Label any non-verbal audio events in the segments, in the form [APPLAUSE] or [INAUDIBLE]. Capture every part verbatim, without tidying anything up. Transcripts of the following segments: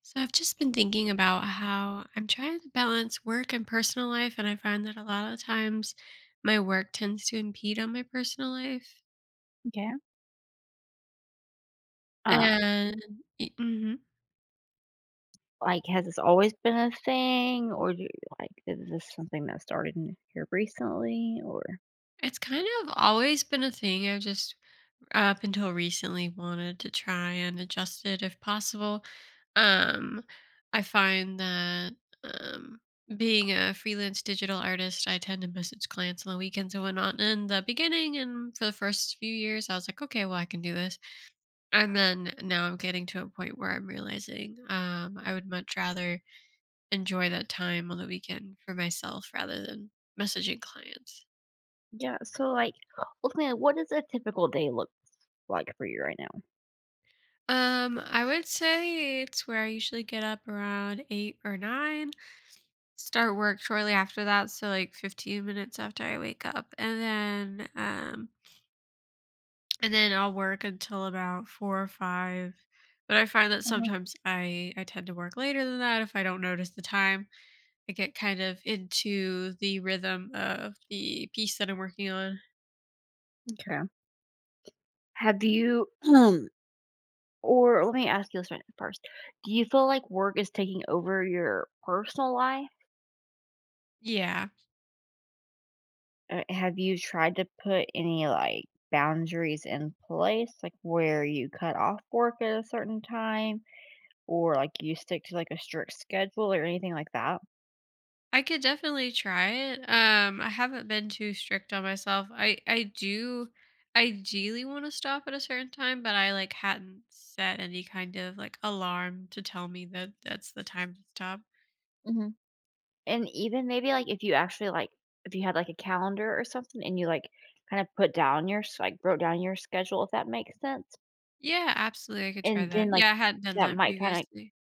So I've just been thinking about how I'm trying to balance work and personal life, and I find that a lot of times my work tends to impede on my personal life. Okay. Uh, And hmm like, has this always been a thing, or do like is this something that started in here recently, or it's kind of always been a thing. I've just up until recently wanted to try and adjust it if possible. Um, I find that um, being a freelance digital artist, I tend to message clients on the weekends and whatnot. In the beginning and for the first few years, I was like, okay, well, I can do this. And then now I'm getting to a point where I'm realizing um, I would much rather enjoy that time on the weekend for myself rather than messaging clients. yeah? So, like, ultimately, what does a typical day look like for you right now? Um, I would say it's where I usually get up around eight or nine, start work shortly after that, so like fifteen minutes after I wake up, and then um, and then I'll work until about four or five. But I find that Mhm. sometimes I I tend to work later than that if I don't notice the time. I get kind of into the rhythm of the piece that I'm working on. Okay. Have you, [CLEARS THROAT] or let me ask you this right first: do you feel like work is taking over your personal life? Yeah, Uh, Have you tried to put any like boundaries in place, like where you cut off work at a certain time? Or, like, you stick to, like, a strict schedule or anything like that? I could definitely try it. Um, I haven't been too strict on myself. I I do ideally want to stop at a certain time, but I like hadn't set any kind of like alarm to tell me that that's the time to stop. Mhm, and even maybe, like, if you actually, like, if you had, like, a calendar or something and you, like, kinda put down your s like, wrote down your schedule, if that makes sense, Yeah, absolutely. I could try and that. then, like, Yeah, I hadn't done that that might kinda previously.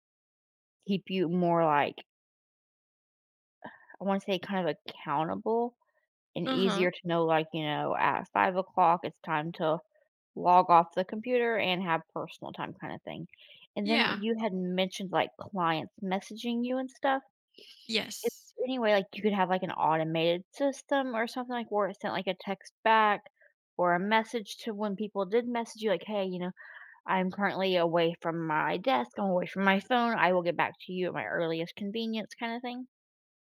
keep you more, like, I wanna say kind of accountable and Uh huh. easier to know, like, you know, at five o'clock, it's time to log off the computer and have personal time kinda thing. And then Yeah. you had mentioned, like, clients messaging you and stuff. Is Yes. there any way, like, you could have, like, an automated system or something, like, where it sent, like, a text back or a message to when people did message you, like, "Hey, you know, I'm currently away from my desk, I'm away from my phone, I will get back to you at my earliest convenience," kinda thing?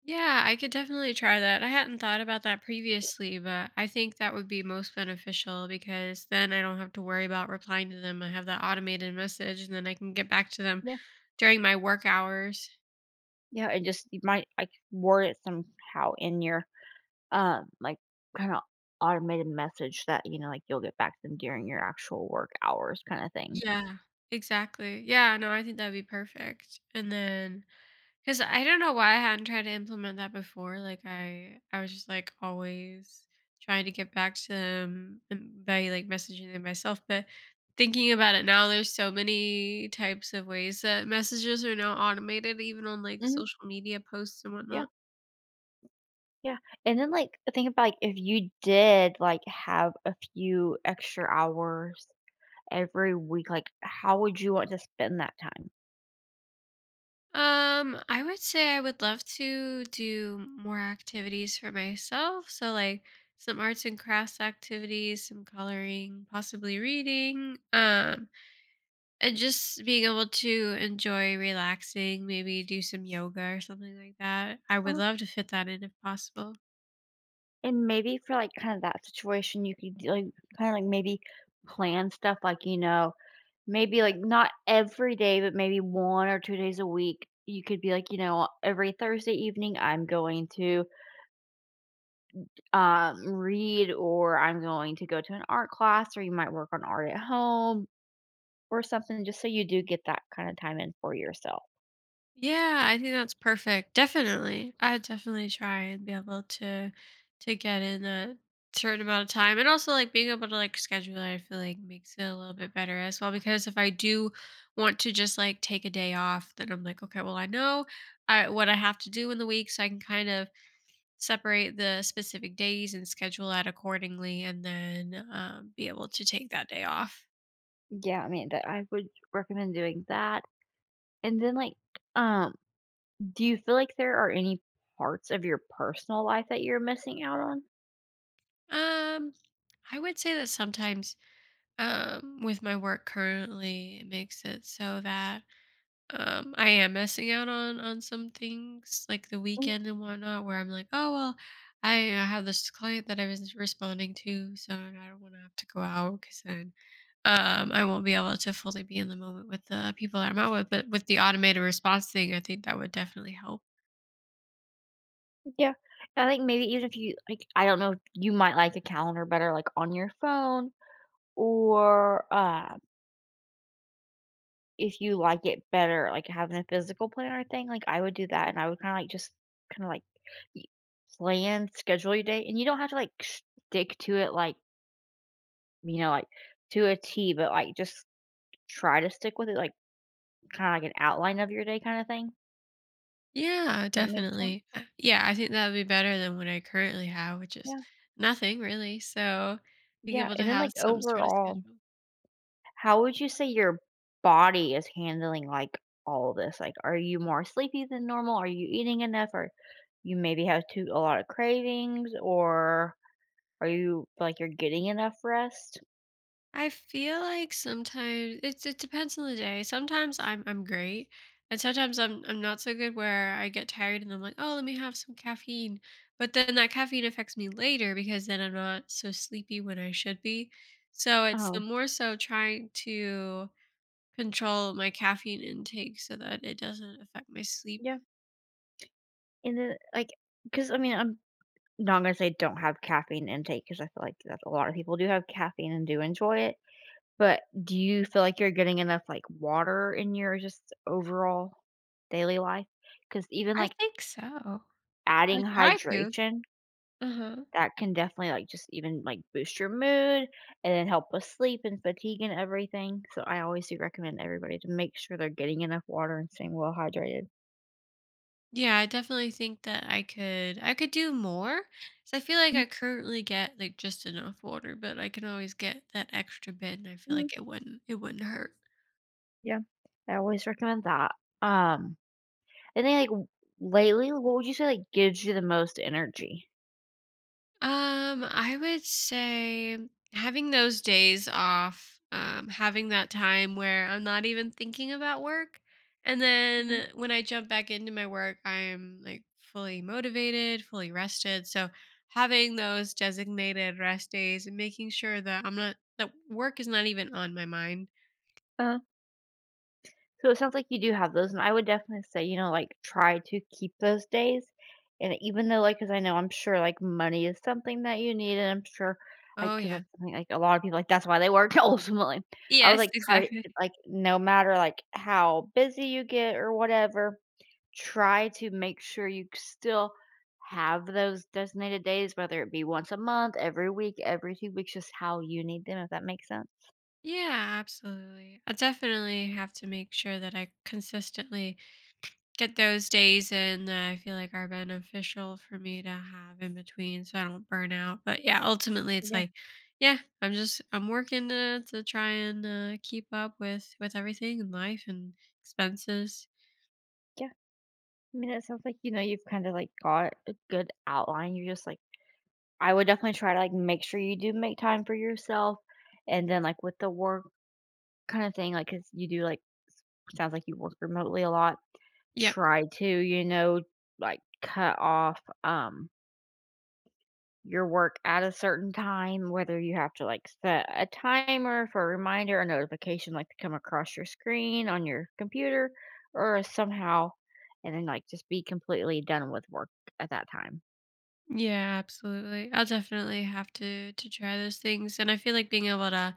Yeah, I could definitely try that. I hadn't thought about that previously, but I think that would be most beneficial because then I don't have to worry about replying to them. I have that automated message and then I can get back to them during my work hours. Yeah, and just you might like word it somehow in your um like kind of automated message that, you know, like you'll get back to them during your actual work hours kind of thing. Yeah, exactly. Yeah, no, I think that'd be perfect. And then, cause I don't know why I hadn't tried to implement that before. Like I, I was just like always trying to get back to them and by like messaging them myself. But thinking about it now, there's so many types of ways that messages are now automated, even on like hmm social media posts and Yeah. whatnot. Yeah. And then like think about like if you did like have a few extra hours every week, like how would you want to spend that time? Um, I would say I would love to do more activities for myself. So like some arts and crafts activities, some coloring, possibly reading. Um, and just being able to enjoy relaxing, maybe do some yoga or something like that. I would uh love to fit that in if possible. And maybe for like kind of that situation you could like kind of like maybe plan stuff like, you know, maybe, like, not every day, but maybe one or two days a week, you could be like, you know, every Thursday evening, I'm going to, um, read, or I'm going to go to an art class, or you might work on art at home or something just so you do get that kinda time in for yourself. Yeah, I think that's perfect. Definitely. I would definitely try and be able to to get in a certain amount of time. And also like being able to like schedule it, I feel like makes it a little bit better as well. Because if I do want to just like take a day off, then I'm like, okay, well I know I what I have to do in the week so I can kind of separate the specific days and schedule that accordingly and then um, be able to take that day off. Yeah, I mean, that I would recommend doing that, and then, like, um, do you feel like there are any parts of your personal life that you're missing out on? um I would say that sometimes um with my work currently it makes it so that um, I am missing out on on some things like the weekend and whatnot, where I'm like, oh well, I, uh have this client that I was responding to, so I don't want to have to go out because then um, I won't be able to fully be in the moment with the people that I'm out with. But with the automated response thing, I think that would definitely help. Yeah. I think maybe even if you like, I don't know, you might like a calendar better, like, on your phone or, uh, if you like it better, like, having a physical planner thing, like, I would do that, and I would kinda, like, just kinda, like, y plan, schedule your day, and you don't have to, like, stick to it, like, you know, like, to a T, but, like, just try to stick with it, like, kinda like an outline of your day kinda thing. Yeah, That makes sense? definitely. Uh, Yeah, I think that would be better than what I currently have, which is Yeah. nothing really. So being Yeah, able to and then, like, have some sort of overall schedule. how would you say your body is handling, like, all of this? Like, are you more sleepy than normal? Are you eating enough? Or you maybe have too a lot of cravings? Or are you feel like you're getting enough rest? I feel like sometimes it's it depends on the day. Sometimes I'm I'm great, and sometimes I'm I'm not so good where I get tired and I'm like, oh, let me have some caffeine. But then that caffeine affects me later because then I'm not so sleepy when I should be. So it's the Oh, more so trying to control my caffeine intake so that it doesn't affect my sleep. yeah. And then, like, because I mean, I'm not gonna say don't have caffeine intake because I feel like that a lot of people do have caffeine and do enjoy it, but do you feel like you're getting enough, like, water in your just overall daily life? Because even, I like, think so. I adding try to. hydration, Uh huh. that can definitely, like, just even, like, boost your mood and then help with sleep and fatigue and everything. So I always do recommend everybody to make sure they're getting enough water and staying well hydrated. Yeah, I definitely think that I could I could do more. 'Cause I feel like I currently get like just enough water, but I can always get that extra bit and I feel Mhm. like it wouldn't it wouldn't hurt. Yeah. I always recommend that. Um, and then, like, w lately, what would you say, like, gives you the most energy? Um, I would say having those days off, um, having that time where I'm not even thinking about work. And then when I jump back into my work, I'm like fully motivated, fully rested. So having those designated rest days and making sure that I'm not, that work is not even on my mind. Mhm. So it sounds like you do have those, and I would definitely say, you know, like try to keep those days. And even though, like, because I know I'm sure like money is something that you need, and I'm sure like Oh, because yeah. that's something like a lot of people like that's why they work [LAUGHS] ultimately. I would Yes, like try to, exactly. like, no matter like how busy you get or whatever, try to make sure you still have those designated days, whether it be once a month, every week, every two weeks, just how you need them, if that makes sense. Yeah, absolutely. I definitely have to make sure that I consistently get those days in that I feel like are beneficial for me to have in between so I don't burn out. But yeah, ultimately it's Yeah. like, yeah, I'm just I'm working to, to try and uh, keep up with with everything in life and expenses. Yeah. I mean, it sounds like, you know, you've kind of like got a good outline. You're just like, I would definitely try to like make sure you do make time for yourself. And then, like, with the work kind of thing, like, cause you do like, sounds like you work remotely a lot. Yep. Try to, you know, like cut off um your work at a certain time, whether you have to like set a timer for a reminder or notification, like to come across your screen on your computer or somehow, and then like just be completely done with work at that time. Yeah, absolutely. I'll definitely have to to try those things and I feel like being able to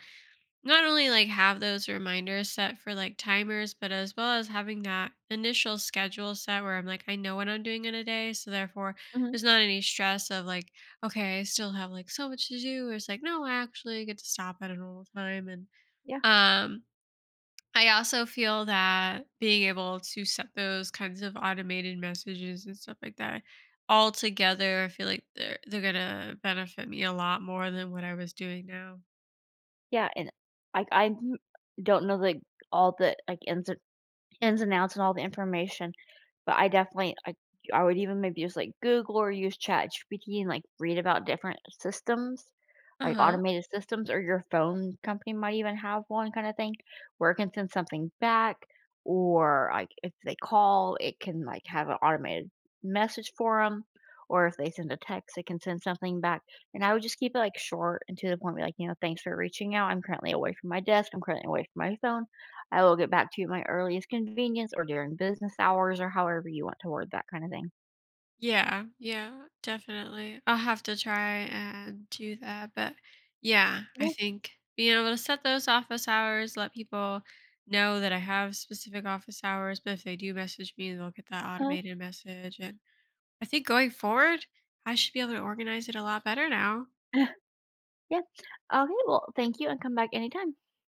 not only like have those reminders set for like timers, but as well as having that initial schedule set where I'm like, I know what I'm doing in a day. So therefore, there's not any stress of like, okay, I still have like so much to do. It's like, no, I actually get to stop at a normal time. And Yeah, um, I also feel that being able to set those kinds of automated messages and stuff like that all together, I feel like they're, they're going to benefit me a lot more than what I was doing now. yeah, and, like, I n- don't know, the all the, like, ins and ins and outs and all the information. But I definitely I I would even maybe just, like, Google or use ChatGPT and, like, read about different systems, Uh like, huh. automated systems, or your phone company might even have one kinda thing where it can send something back or, like, if they call, it can, like, have an automated message for them, or if they send a text, it can send something back, and I would just keep it, like, short and to the point. Be like, you know, "Thanks for reaching out. I'm currently away from my desk. I'm currently away from my phone. I will get back to you at my earliest convenience or during business hours," or however you want to word that kinda thing. Yeah, yeah, definitely. I'll have to try and do that. But yeah, I Yeah, think being able to set those office hours, let people know that I have specific office hours, but if they do message me, they'll get that uh automated message. And I think going forward, I should be able to organize it a lot better now. [SIGHS] [LAUGHS] yeah. Okay, well, thank you and come back anytime.